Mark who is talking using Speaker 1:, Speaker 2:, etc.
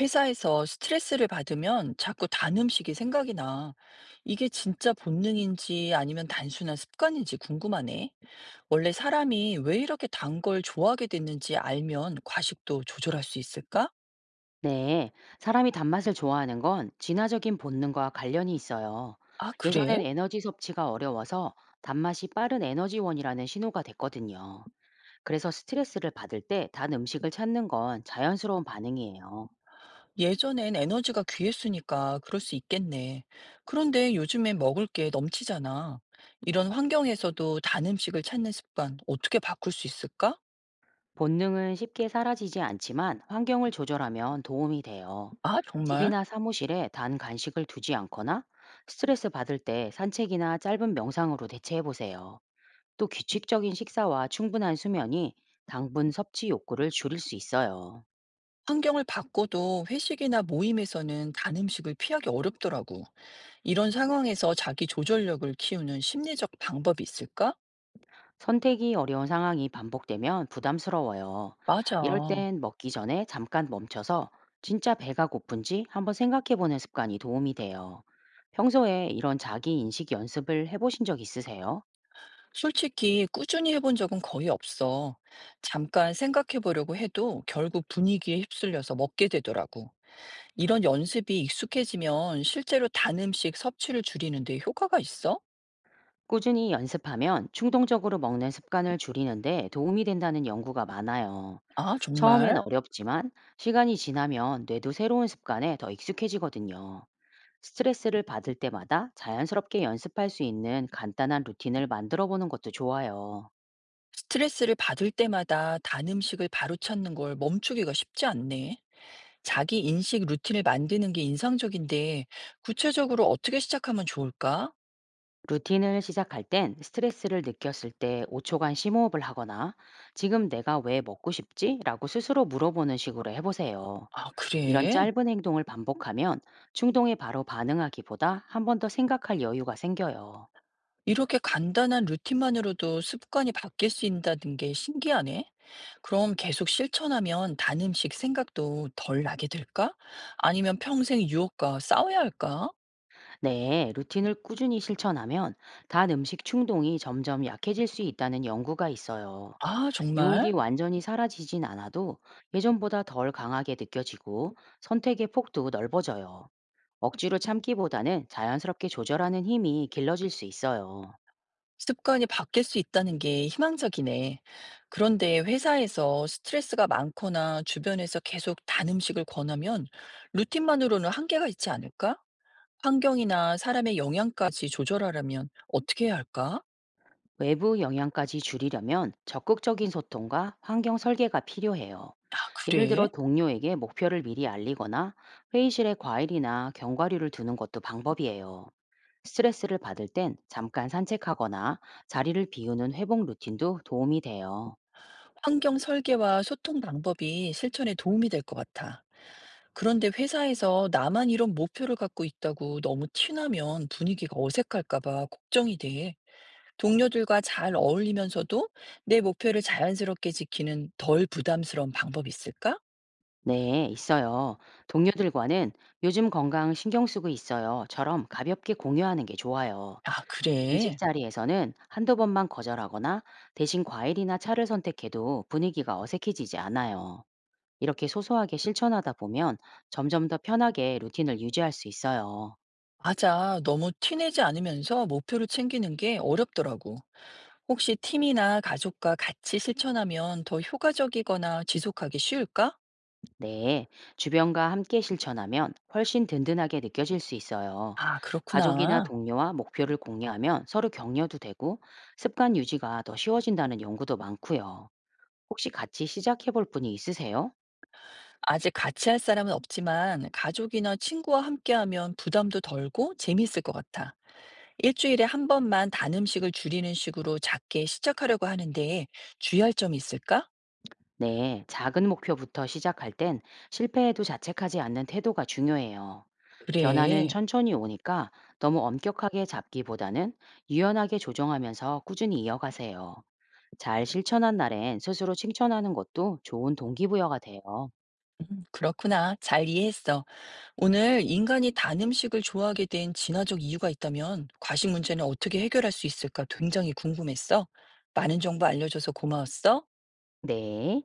Speaker 1: 회사에서 스트레스를 받으면 자꾸 단 음식이 생각이 나. 이게 진짜 본능인지 아니면 단순한 습관인지 궁금하네. 원래 사람이 왜 이렇게 단 걸 좋아하게 됐는지 알면 과식도 조절할 수 있을까?
Speaker 2: 네, 사람이 단맛을 좋아하는 건 진화적인 본능과 관련이 있어요.
Speaker 1: 아, 그래?
Speaker 2: 예전엔 에너지 섭취가 어려워서 단맛이 빠른 에너지원이라는 신호가 됐거든요. 그래서 스트레스를 받을 때 단 음식을 찾는 건 자연스러운 반응이에요.
Speaker 1: 예전엔 에너지가 귀했으니까 그럴 수 있겠네. 그런데 요즘엔 먹을 게 넘치잖아. 이런 환경에서도 단 음식을 찾는 습관 어떻게 바꿀 수 있을까?
Speaker 2: 본능은 쉽게 사라지지 않지만 환경을 조절하면 도움이 돼요.
Speaker 1: 아, 정말?
Speaker 2: 집이나 사무실에 단 간식을 두지 않거나 스트레스 받을 때 산책이나 짧은 명상으로 대체해 보세요. 또 규칙적인 식사와 충분한 수면이 당분 섭취 욕구를 줄일 수 있어요.
Speaker 1: 환경을 바꿔도 회식이나 모임에서는 단 음식을 피하기 어렵더라고. 이런 상황에서 자기 조절력을 키우는 심리적 방법이 있을까?
Speaker 2: 선택이 어려운 상황이 반복되면 부담스러워요.
Speaker 1: 맞아.
Speaker 2: 이럴 땐 먹기 전에 잠깐 멈춰서 진짜 배가 고픈지 한번 생각해 보는 습관이 도움이 돼요. 평소에 이런 자기 인식 연습을 해보신 적 있으세요?
Speaker 1: 솔직히 꾸준히 해본 적은 거의 없어. 잠깐 생각해 보려고 해도 결국 분위기에 휩쓸려서 먹게 되더라고. 이런 연습이 익숙해지면 실제로 단 음식 섭취를 줄이는 데 효과가 있어?
Speaker 2: 꾸준히 연습하면 충동적으로 먹는 습관을 줄이는데 도움이 된다는 연구가 많아요.
Speaker 1: 아, 정말?
Speaker 2: 처음엔 어렵지만 시간이 지나면 뇌도 새로운 습관에 더 익숙해지거든요. 스트레스를 받을 때마다 자연스럽게 연습할 수 있는 간단한 루틴을 만들어 보는 것도 좋아요.
Speaker 1: 스트레스를 받을 때마다 단 음식을 바로 찾는 걸 멈추기가 쉽지 않네. 자기 인식 루틴을 만드는 게 인상적인데, 구체적으로 어떻게 시작하면 좋을까?
Speaker 2: 루틴을 시작할 땐 스트레스를 느꼈을 때 5초간 심호흡을 하거나 지금 내가 왜 먹고 싶지? 라고 스스로 물어보는 식으로 해보세요.
Speaker 1: 아,
Speaker 2: 이런
Speaker 1: 그래?
Speaker 2: 짧은 행동을 반복하면 충동에 바로 반응하기보다 한 번 더 생각할 여유가 생겨요.
Speaker 1: 이렇게 간단한 루틴만으로도 습관이 바뀔 수 있다는 게 신기하네. 그럼 계속 실천하면 단 음식 생각도 덜 나게 될까? 아니면 평생 유혹과 싸워야 할까?
Speaker 2: 네, 루틴을 꾸준히 실천하면 단 음식 충동이 점점 약해질 수 있다는 연구가 있어요.
Speaker 1: 아,
Speaker 2: 유혹이
Speaker 1: 정말?
Speaker 2: 완전히 사라지진 않아도 예전보다 덜 강하게 느껴지고 선택의 폭도 넓어져요. 억지로 참기보다는 자연스럽게 조절하는 힘이 길러질 수 있어요.
Speaker 1: 습관이 바뀔 수 있다는 게 희망적이네. 그런데 회사에서 스트레스가 많거나 주변에서 계속 단 음식을 권하면 루틴만으로는 한계가 있지 않을까? 환경이나 사람의 영향까지 조절하려면 어떻게 해야 할까?
Speaker 2: 외부 영향까지 줄이려면 적극적인 소통과 환경 설계가 필요해요.
Speaker 1: 아,
Speaker 2: 예를 들어
Speaker 1: 그래?
Speaker 2: 동료에게 목표를 미리 알리거나 회의실에 과일이나 견과류를 두는 것도 방법이에요. 스트레스를 받을 땐 잠깐 산책하거나 자리를 비우는 회복 루틴도 도움이 돼요.
Speaker 1: 환경 설계와 소통 방법이 실천에 도움이 될 것 같아. 그런데 회사에서 나만 이런 목표를 갖고 있다고 너무 티나면 분위기가 어색할까 봐 걱정이 돼. 동료들과 잘 어울리면서도 내 목표를 자연스럽게 지키는 덜 부담스러운 방법이 있을까?
Speaker 2: 네, 있어요. 동료들과는 요즘 건강 신경 쓰고 있어요.처럼 가볍게 공유하는 게 좋아요.
Speaker 1: 아,
Speaker 2: 간식
Speaker 1: 그래.
Speaker 2: 자리에서는 한두 번만 거절하거나 대신 과일이나 차를 선택해도 분위기가 어색해지지 않아요. 이렇게 소소하게 실천하다 보면 점점 더 편하게 루틴을 유지할 수 있어요.
Speaker 1: 맞아. 너무 티내지 않으면서 목표를 챙기는 게 어렵더라고. 혹시 팀이나 가족과 같이 실천하면 더 효과적이거나 지속하기 쉬울까?
Speaker 2: 네, 주변과 함께 실천하면 훨씬 든든하게 느껴질 수 있어요.
Speaker 1: 아,
Speaker 2: 가족이나
Speaker 1: 그렇구나.
Speaker 2: 동료와 목표를 공유하면 서로 격려도 되고 습관 유지가 더 쉬워진다는 연구도 많고요. 혹시 같이 시작해 볼 분이 있으세요?
Speaker 1: 아직 같이 할 사람은 없지만 가족이나 친구와 함께하면 부담도 덜고 재미있을 것 같아. 일주일에 한 번만 단 음식을 줄이는 식으로 작게 시작하려고 하는데 주의할 점이 있을까?
Speaker 2: 네, 작은 목표부터 시작할 땐 실패해도 자책하지 않는 태도가 중요해요. 변화는
Speaker 1: 그래.
Speaker 2: 천천히 오니까 너무 엄격하게 잡기보다는 유연하게 조정하면서 꾸준히 이어가세요. 잘 실천한 날엔 스스로 칭찬하는 것도 좋은 동기부여가 돼요.
Speaker 1: 그렇구나. 잘 이해했어. 오늘 인간이 단 음식을 좋아하게 된 진화적 이유가 있다면 과식 문제는 어떻게 해결할 수 있을까 굉장히 궁금했어. 많은 정보 알려줘서 고마웠어.
Speaker 2: 네.